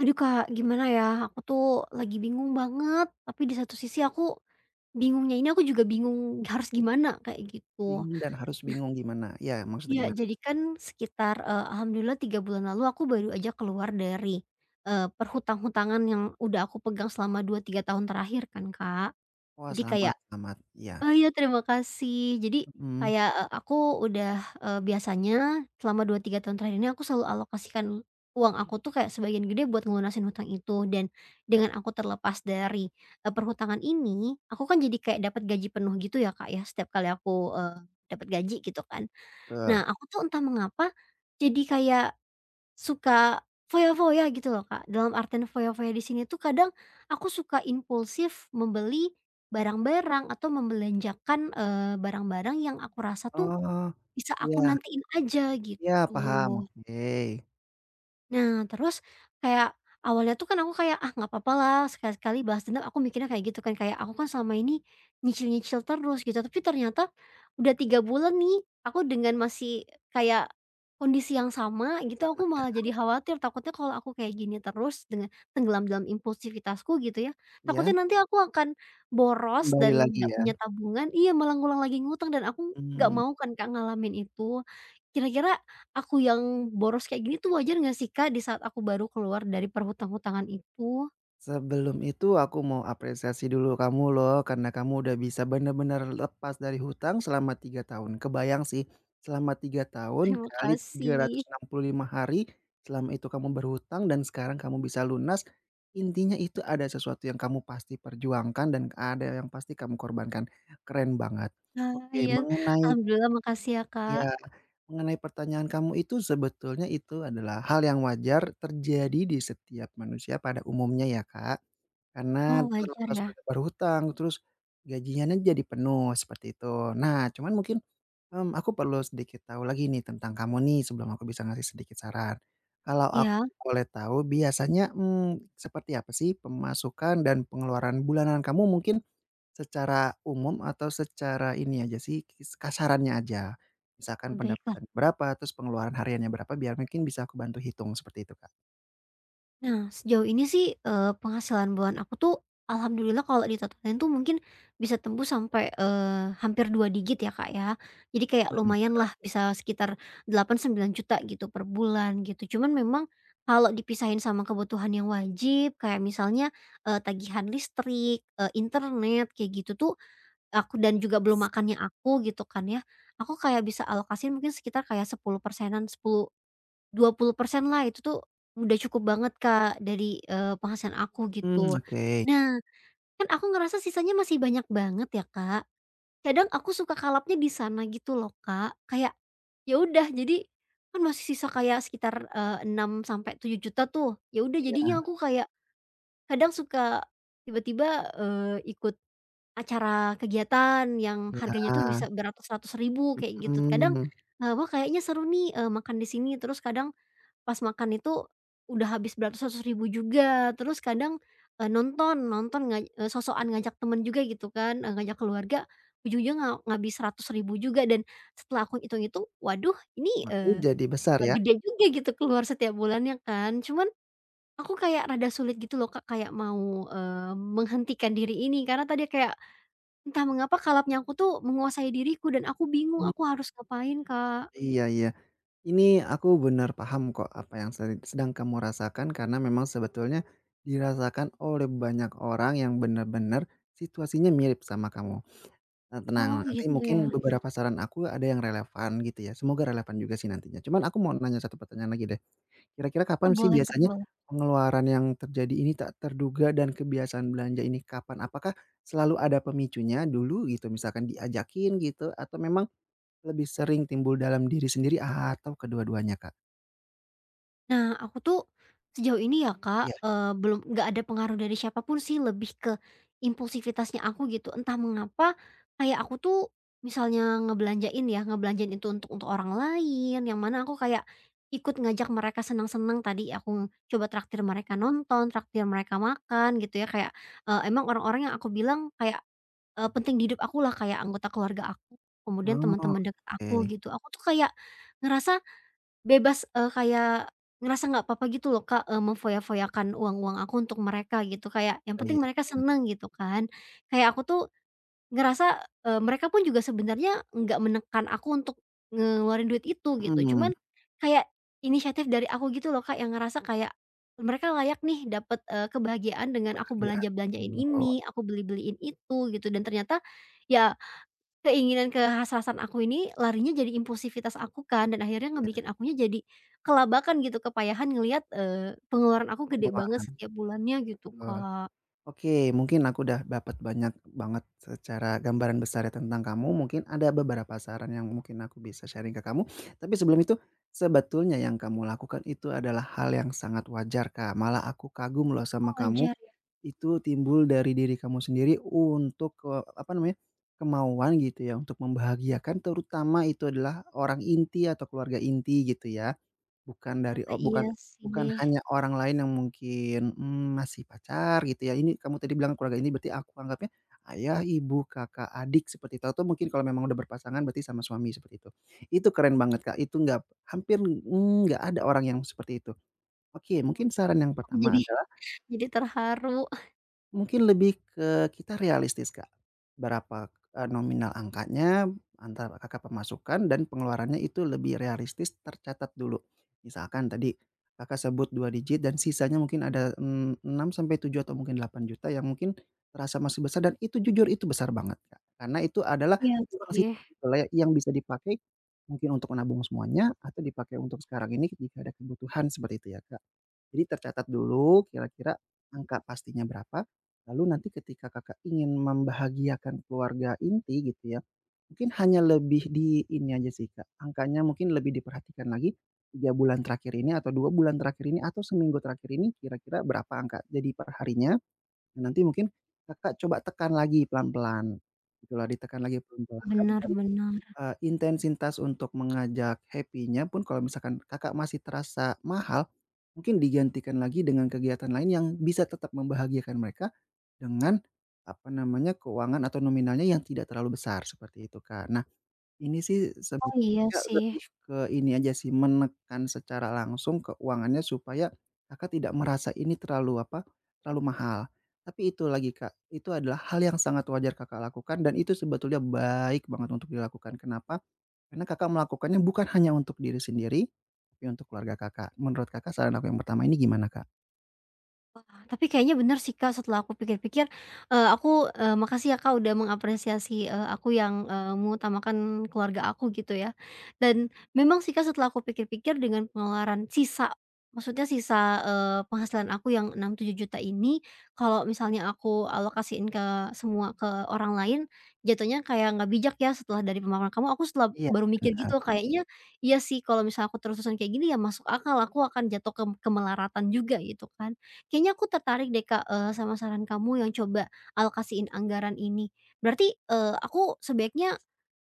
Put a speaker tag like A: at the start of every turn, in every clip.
A: Aduh Kak, gimana ya, aku tuh lagi bingung banget, tapi di satu sisi aku bingungnya ini aku juga bingung harus gimana, kayak gitu.
B: Bingung dan harus bingung gimana? Iya, maksudnya
A: Ya
B: gimana?
A: jadi kan sekitar, alhamdulillah 3 bulan lalu aku baru aja keluar dari, perhutang-hutangan yang udah aku pegang selama 2-3 tahun terakhir kan Kak.
B: Wah,
A: Jadi
B: selamat
A: kayak
B: selamat, iya,
A: Oh iya terima kasih. Jadi
B: mhm,
A: kayak, eee, aku udah, eee, biasanya selama 2 3 tahun terakhir ini aku selalu alokasikan uang aku tuh kayak sebagian gede buat ngelunasin hutang itu dan dengan aku terlepas dari, perhutangan ini, aku kan jadi kayak dapat gaji penuh gitu ya, Kak, ya, setiap kali aku, dapat gaji gitu kan. Nah,
B: betul.
A: aku tuh entah mengapa jadi kayak suka foya-foya gitu loh, Kak. Dalam artian foya-foya di sini tuh kadang aku suka impulsif membeli barang-barang atau membelanjakan, barang-barang yang aku rasa tuh
B: Oh,
A: bisa aku
B: iya
A: nantiin aja
B: iya,
A: gitu.
B: paham, oke,
A: Nah, terus kayak awalnya tuh kan aku kayak, "Ah, nggak apa-apa lah sekali-sekali balas dendam," aku mikirnya kayak gitu kan, kayak aku kan selama ini nyicil-nyicil terus gitu, tapi ternyata udah 3 bulan nih aku dengan masih kayak kondisi yang sama gitu, aku
B: sama
A: malah
B: ya.
A: jadi khawatir takutnya kalau aku kayak gini terus dengan tenggelam dalam impulsivitasku gitu ya,
B: Iya,
A: takutnya nanti aku akan boros
B: kembali
A: dan
B: lagi
A: nggak
B: ya?
A: punya tabungan iya, malah ngulang lagi ngutang dan aku nggak
B: Mmm.
A: mau kan Kak ngalamin itu. Kira-kira aku yang boros kayak gini tuh wajar nggak sih, Kak, di saat aku baru keluar dari perhutang-hutangan itu?
B: Sebelum itu aku mau apresiasi dulu kamu loh, karena kamu udah bisa bener-bener lepas dari hutang selama 3 tahun. Kebayang sih, selama 3 tahun
A: Terima
B: kali tiga
A: kasih.
B: ratus enam puluh lima hari, selama itu kamu berhutang dan sekarang kamu bisa lunas. Intinya itu ada sesuatu yang kamu pasti perjuangkan dan ada yang pasti kamu korbankan. Keren banget.
A: Ah
B: Oke,
A: iya, alhamdulillah makasih ya, Kak.
B: iya. Mengenai pertanyaan kamu itu, sebetulnya itu adalah hal yang wajar terjadi di setiap manusia pada umumnya ya, Kak. Karena
A: Oh, wajar
B: terlepas
A: ya?
B: udah berhutang, terus gajinya nih jadi penuh, seperti itu. Nah, cuman mungkin, aku perlu sedikit tahu lagi nih tentang kamu nih sebelum aku bisa ngasih sedikit saran. Kalau aku
A: Iya,
B: boleh tahu biasanya, seperti apa sih pemasukan dan pengeluaran bulanan kamu mungkin secara umum atau secara ini aja sih, kasarannya aja. Misalkan
A: baiklah.
B: pendapatan berapa, terus pengeluaran hariannya berapa, biar mungkin bisa aku bantu hitung seperti itu, Kak.
A: Nah, sejauh ini sih, penghasilan bulan aku tuh alhamdulillah kalau ditotalin tuh mungkin bisa tembus sampai, hampir 2 digit ya, Kak, ya. Jadi kayak
B: Mhm.
A: lumayan lah bisa sekitar 8-9 juta gitu per bulan gitu. Cuman memang kalau dipisahin sama kebutuhan yang wajib kayak misalnya, tagihan listrik, internet kayak gitu tuh aku dan juga belum makannya aku gitu kan ya, aku kayak bisa alokasiin mungkin sekitar kayak sepuluh persenan 10-20% lah itu tuh udah cukup banget, Kak, dari, penghasilan aku gitu.
B: Mmm, oke.
A: Nah, kan aku ngerasa sisanya masih banyak banget ya, Kak. Kadang aku suka kalapnya di sana gitu loh, Kak. Kayak, ya udah jadi kan masih sisa kayak sekitar, 6 sampai tujuh juta tuh. Ya udah
B: Iya
A: jadinya aku kayak kadang suka tiba-tiba, ikut acara kegiatan yang
B: iya,
A: harganya tuh bisa beratus-ratus ribu kayak gitu. Kadang,
B: mmm,
A: "Wah kayaknya seru nih, makan di sini," terus kadang pas makan itu udah habis beratus-ratus ribu juga, terus kadang, nonton nonton sok ngajak temen juga gitu kan, ngajak keluarga, ujung-ujungnya ngabis 100 ribu juga dan setelah aku hitung-hitung, waduh ini,
B: waduh jadi besar ya.
A: gede juga gitu keluar setiap bulannya kan. Cuman aku kayak rada sulit gitu loh Kak, kayak mau, menghentikan diri ini karena tadi kayak entah mengapa kalapnya aku tuh menguasai diriku dan aku bingung
B: Mmm,
A: aku harus ngapain Kak.
B: iya iya. Ini aku benar paham kok apa yang sedang kamu rasakan karena memang sebetulnya dirasakan oleh banyak orang yang benar-benar situasinya mirip sama kamu.
A: Oh
B: Tenang, nanti
A: gitu ya?
B: mungkin beberapa saran aku ada yang relevan gitu ya, semoga relevan juga sih nantinya. Cuman aku mau nanya satu pertanyaan lagi deh, kira-kira
A: Ah,
B: kapan sih
A: boleh Kak,
B: biasanya
A: boleh.
B: pengeluaran yang terjadi ini tak terduga dan kebiasaan belanja ini kapan? Apakah selalu ada pemicunya dulu gitu, misalkan diajakin gitu, atau memang lebih sering timbul dalam diri sendiri atau kedua-duanya, Kak?
A: Nah, aku tuh sejauh ini ya
B: Iya.
A: Kak, belum nggak ada pengaruh dari siapapun sih, lebih ke impulsivitasnya aku gitu. Entah mengapa kayak aku tuh misalnya ngebelanjain ya, ngebelanjain itu untuk orang lain, yang mana aku kayak ikut ngajak mereka senang-senang tadi aku coba traktir mereka nonton, traktir mereka makan gitu ya, kayak, emang orang-orang yang aku bilang kayak, penting di hidup aku lah kayak anggota keluarga aku, kemudian
B: Oh,
A: teman-teman dekat
B: oke,
A: aku gitu. Aku tuh kayak ngerasa bebas, kayak ngerasa nggak apa-apa gitu loh, Kak, memfoya-foyakan uang-uang aku untuk mereka gitu, kayak yang
B: iya
A: penting
B: iya,
A: mereka seneng gitu kan. Kayak aku tuh ngerasa, mereka pun juga sebenarnya nggak menekan aku untuk ngeluarin duit itu gitu, cuman
B: mhm,
A: kayak inisiatif dari aku gitu loh, Kak, yang ngerasa kayak mereka layak nih dapet, kebahagiaan dengan aku
B: iya,
A: belanja-belanjain
B: oh,
A: ini, aku beli-beliin itu gitu dan ternyata ya keinginan kehas-rasan aku ini larinya jadi impulsivitas aku kan dan akhirnya ngebikin akunya jadi kelabakan gitu, kepayahan ngelihat, pengeluaran aku gede banget
B: pengeluaran,
A: setiap bulannya gitu,
B: eee
A: Kak.
B: oke, mungkin aku udah dapat banyak banget secara gambaran besar ya tentang kamu, mungkin ada beberapa saran yang mungkin aku bisa sharing ke kamu. Tapi sebelum itu, sebetulnya yang kamu lakukan itu adalah hal yang sangat wajar, Kak. Malah aku kagum loh
A: Oh,
B: sama kamu,
A: wajar ya.
B: itu timbul dari diri kamu sendiri untuk, apa namanya, kemauan gitu ya untuk membahagiakan terutama itu adalah orang inti atau keluarga inti gitu ya. Bukan dari o bukan
A: Iya
B: bukan
A: sih.
B: hanya orang lain yang mungkin, masih pacar gitu ya, ini kamu tadi bilang keluarga ini berarti aku anggapnya ayah, ibu, kakak, adik seperti itu, atau mungkin kalau memang udah berpasangan berarti sama suami seperti itu. Itu keren banget Kak, itu nggak hampir, mmm, nggak ada orang yang seperti itu. Oke, mungkin saran yang
A: Aku
B: pertama
A: jadi
B: adalah
A: jadi terharu.
B: mungkin lebih ke kita realistis, Kak. Berapa, nominal angkanya, antara Kakak pemasukan dan pengeluarannya itu lebih realistis tercatat dulu. Misalkan tadi Kakak sebut 2 digit dan sisanya mungkin ada, 6 sampai 7 atau mungkin 8 juta yang mungkin terasa masih besar dan itu jujur itu besar banget, Kak. Karena itu adalah
A: Iya
B: uang sisa
A: sih,
B: gitu lah ya, yang bisa dipakai mungkin untuk menabung semuanya atau dipakai untuk sekarang ini jika ada kebutuhan, seperti itu ya, Kak. Jadi tercatat dulu kira-kira angka pastinya berapa, lalu nanti ketika Kakak ingin membahagiakan keluarga inti gitu ya, mungkin hanya lebih di ini aja sih Kak, angkanya mungkin lebih diperhatikan lagi, 3 bulan terakhir ini atau 2 bulan terakhir ini atau seminggu terakhir ini kira-kira berapa angka jadi perharinya, dan nanti mungkin Kakak coba tekan lagi pelan-pelan, gitulah ditekan lagi pelan-pelan dan
A: benar-benar.
B: Intensitas untuk mengajak happy-nya pun kalau misalkan Kakak masih terasa mahal, mungkin digantikan lagi dengan kegiatan lain yang bisa tetap membahagiakan mereka dengan, apa namanya, keuangan atau nominalnya yang tidak terlalu besar, seperti itu, Kak. Ini sih
A: Oh, iya
B: sebetulnya
A: sih.
B: lebih ke ini aja sih, menekan secara langsung keuangannya supaya Kakak tidak merasa ini terlalu apa, terlalu mahal. Tapi itu lagi Kak, itu adalah hal yang sangat wajar Kakak lakukan dan itu sebetulnya baik banget untuk dilakukan. Kenapa? Karena Kakak melakukannya bukan hanya untuk diri sendiri, tapi untuk keluarga Kakak. Menurut Kakak saran aku yang pertama ini gimana Kak?
A: Tapi kayaknya bener sih, Kak, setelah aku pikir-pikir, makasih ya, Kak, udah mengapresiasi, aku yang, mengutamakan keluarga aku gitu ya. Dan memang sih, Kak, setelah aku pikir-pikir dengan pengeluaran sisa, maksudnya sisa, penghasilan aku yang 6-7 juta ini, kalau misalnya aku alokasiin ke semua ke orang lain, jatuhnya kayak nggak bijak ya. Setelah dari pemaparan kamu, aku setelah
B: Iya,
A: baru mikir
B: benar.
A: gitu, kayaknya iya sih kalau misalnya aku terus-terusan kayak gini ya masuk akal, aku akan jatuh ke kemelaratan juga gitu kan. Kayaknya aku tertarik deh, Kak, sama saran kamu yang coba alokasiin anggaran ini. Berarti, aku sebaiknya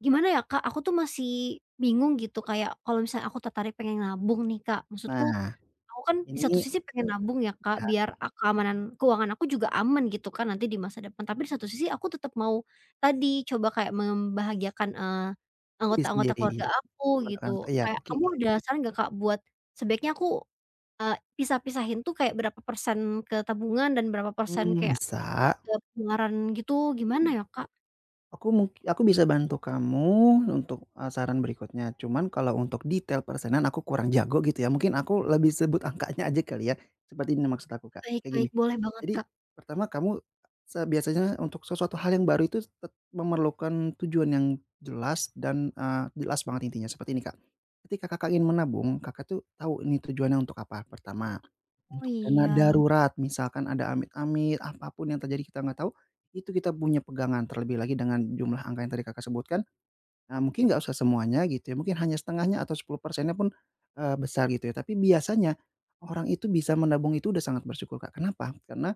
A: gimana ya, Kak? Aku tuh masih bingung gitu kayak kalau misalnya aku tertarik pengen nabung nih, Kak. Maksudku
B: Nah,
A: aku kan di
B: ini
A: satu sisi pengen nabung ya, Kak,
B: ya
A: biar keamanan keuangan aku juga aman gitu kan nanti di masa depan. Tapi di satu sisi aku tetap mau tadi coba kayak membahagiakan,
B: diri
A: anggota-anggota
B: sendiri.
A: keluarga aku gitu.
B: Iya,
A: Kayak
B: oke.
A: kamu ada saran nggak, Kak, buat sebaiknya aku pisah-pisahin tuh kayak berapa persen ke tabungan dan berapa persen
B: Mmm,
A: kayak
B: bisa.
A: ke pengeluaran gitu, gimana ya, Kak?
B: Aku mungkin bisa bantu kamu untuk, saran berikutnya, cuman kalau untuk detail persenan aku kurang jago gitu ya, mungkin aku lebih sebut angkanya aja kali ya, seperti ini maksud aku, Kak,
A: Baik
B: kayak gini.
A: baik, boleh banget,
B: Jadi
A: Kak.
B: pertama kamu biasanya untuk sesuatu hal yang baru itu memerlukan tujuan yang jelas dan, jelas banget intinya, seperti ini, Kak. Ketika Kakak ingin menabung, Kakak tuh tahu ini tujuannya untuk apa, pertama.
A: Oh
B: Untuk dana
A: iya,
B: darurat, misalkan ada amit-amit, apapun yang terjadi kita nggak tahu, itu kita punya pegangan. Terlebih lagi dengan jumlah angka yang tadi Kakak sebutkan, mungkin nggak usah semuanya gitu ya, mungkin hanya setengahnya atau 10 persennya pun, besar gitu ya. Tapi biasanya orang itu bisa menabung itu udah sangat bersyukur, Kak. Kenapa? Karena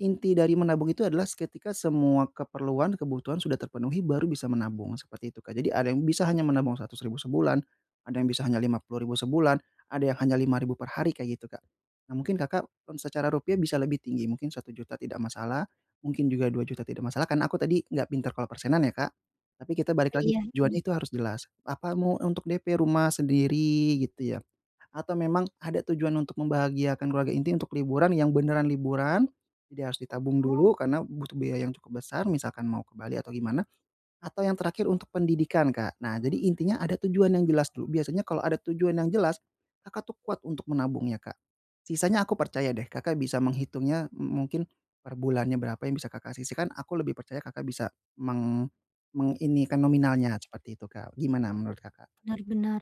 B: inti dari menabung itu adalah ketika semua keperluan, kebutuhan sudah terpenuhi baru bisa menabung, seperti itu, Kak. Jadi ada yang bisa hanya menabung Rp100.000 sebulan, ada yang bisa hanya 50 ribu sebulan, ada yang hanya 5 ribu per hari, kayak gitu, Kak. Nah, mungkin Kakak, secara rupiah bisa lebih tinggi, mungkin 1 juta tidak masalah, mungkin juga 2 juta tidak masalah, karena aku tadi nggak pintar kalau persenan ya, Kak. Tapi kita balik lagi,
A: iya iya.
B: tujuannya itu harus jelas. Apa mau untuk DP rumah sendiri, gitu ya. Atau memang ada tujuan untuk membahagiakan keluarga inti untuk liburan yang beneran liburan, jadi harus ditabung
A: Oh,
B: dulu karena butuh biaya yang cukup besar misalkan mau ke Bali atau gimana, atau yang terakhir untuk pendidikan, Kak. Nah, jadi intinya ada tujuan yang jelas dulu, biasanya kalau ada tujuan yang jelas, Kakak tuh kuat untuk menabungnya, Kak. Sisanya aku percaya deh Kakak bisa menghitungnya mungkin per bulannya berapa yang bisa Kakak sisihkan, aku lebih percaya Kakak bisa meng menginikan nominalnya seperti itu, Kak. Gimana menurut Kakak?
A: benar benar.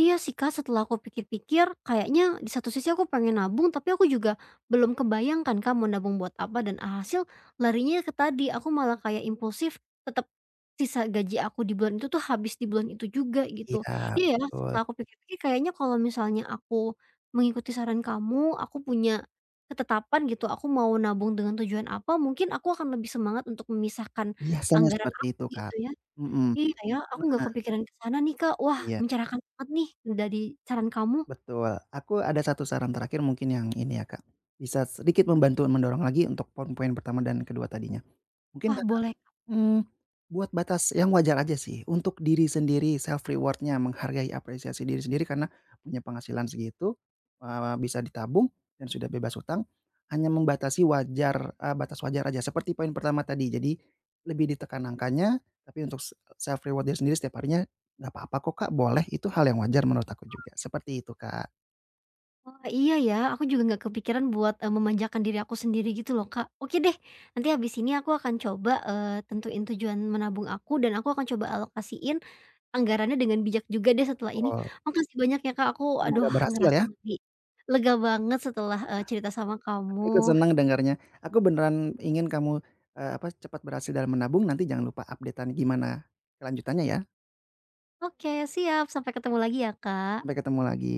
A: Iya sih Kak, setelah aku pikir-pikir kayaknya di satu sisi aku pengen nabung, tapi aku juga belum kebayangkan kan Kak mau nabung buat apa dan hasil larinya ke tadi, aku malah kayak impulsif. Tetap sisa gaji aku di bulan itu tuh habis di bulan itu juga gitu.
B: Iya,
A: Iya ya,
B: betul.
A: setelah aku pikir-pikir kayaknya kalau misalnya aku mengikuti saran kamu, aku punya ketetapan gitu, aku mau nabung dengan tujuan apa, mungkin aku akan lebih semangat untuk memisahkan
B: Biasanya
A: anggaran
B: seperti
A: aku
B: itu,
A: gitu
B: Kak.
A: ya.
B: Mhm.
A: Iya ya, aku nggak
B: Nah,
A: kepikiran ke sana nih, Kak. Wah,
B: iya,
A: mencerahkan banget nih dari saran kamu.
B: betul. Aku ada satu saran terakhir mungkin yang ini ya, Kak, bisa sedikit membantu mendorong lagi untuk poin-poin pertama dan kedua tadinya. Mungkin
A: Wah,
B: Kakak,
A: boleh Kak.
B: mmm, buat batas yang wajar aja sih untuk diri sendiri, self reward-nya, menghargai apresiasi diri sendiri karena punya penghasilan segitu, bisa ditabung dan sudah bebas hutang, hanya membatasi wajar batas wajar aja seperti poin pertama tadi. Jadi lebih ditekan angkanya, tapi untuk self reward diri sendiri setiap harinya, "Nggak apa-apa kok Kak, boleh." Itu hal yang wajar menurut aku juga, seperti itu Kak.
A: Iya ya, aku juga nggak kepikiran buat, memanjakan diri aku sendiri gitu loh, Kak. Oke deh, nanti habis ini aku akan coba, tentuin tujuan menabung aku dan aku akan coba alokasiin anggarannya dengan bijak juga deh setelah ini.
B: Betul,
A: Makasih banyak ya, Kak, aku aduh
B: semoga berhasil
A: ngerasa
B: ya.
A: lebih lega banget setelah, cerita sama
B: Aku ikut
A: kamu.
B: senang dengarnya. Aku beneran ingin kamu, apa, cepat berhasil dalam menabung, nanti jangan lupa update-an gimana kelanjutannya ya.
A: Oke, siap, sampai ketemu lagi ya, Kak.
B: Sampai ketemu lagi.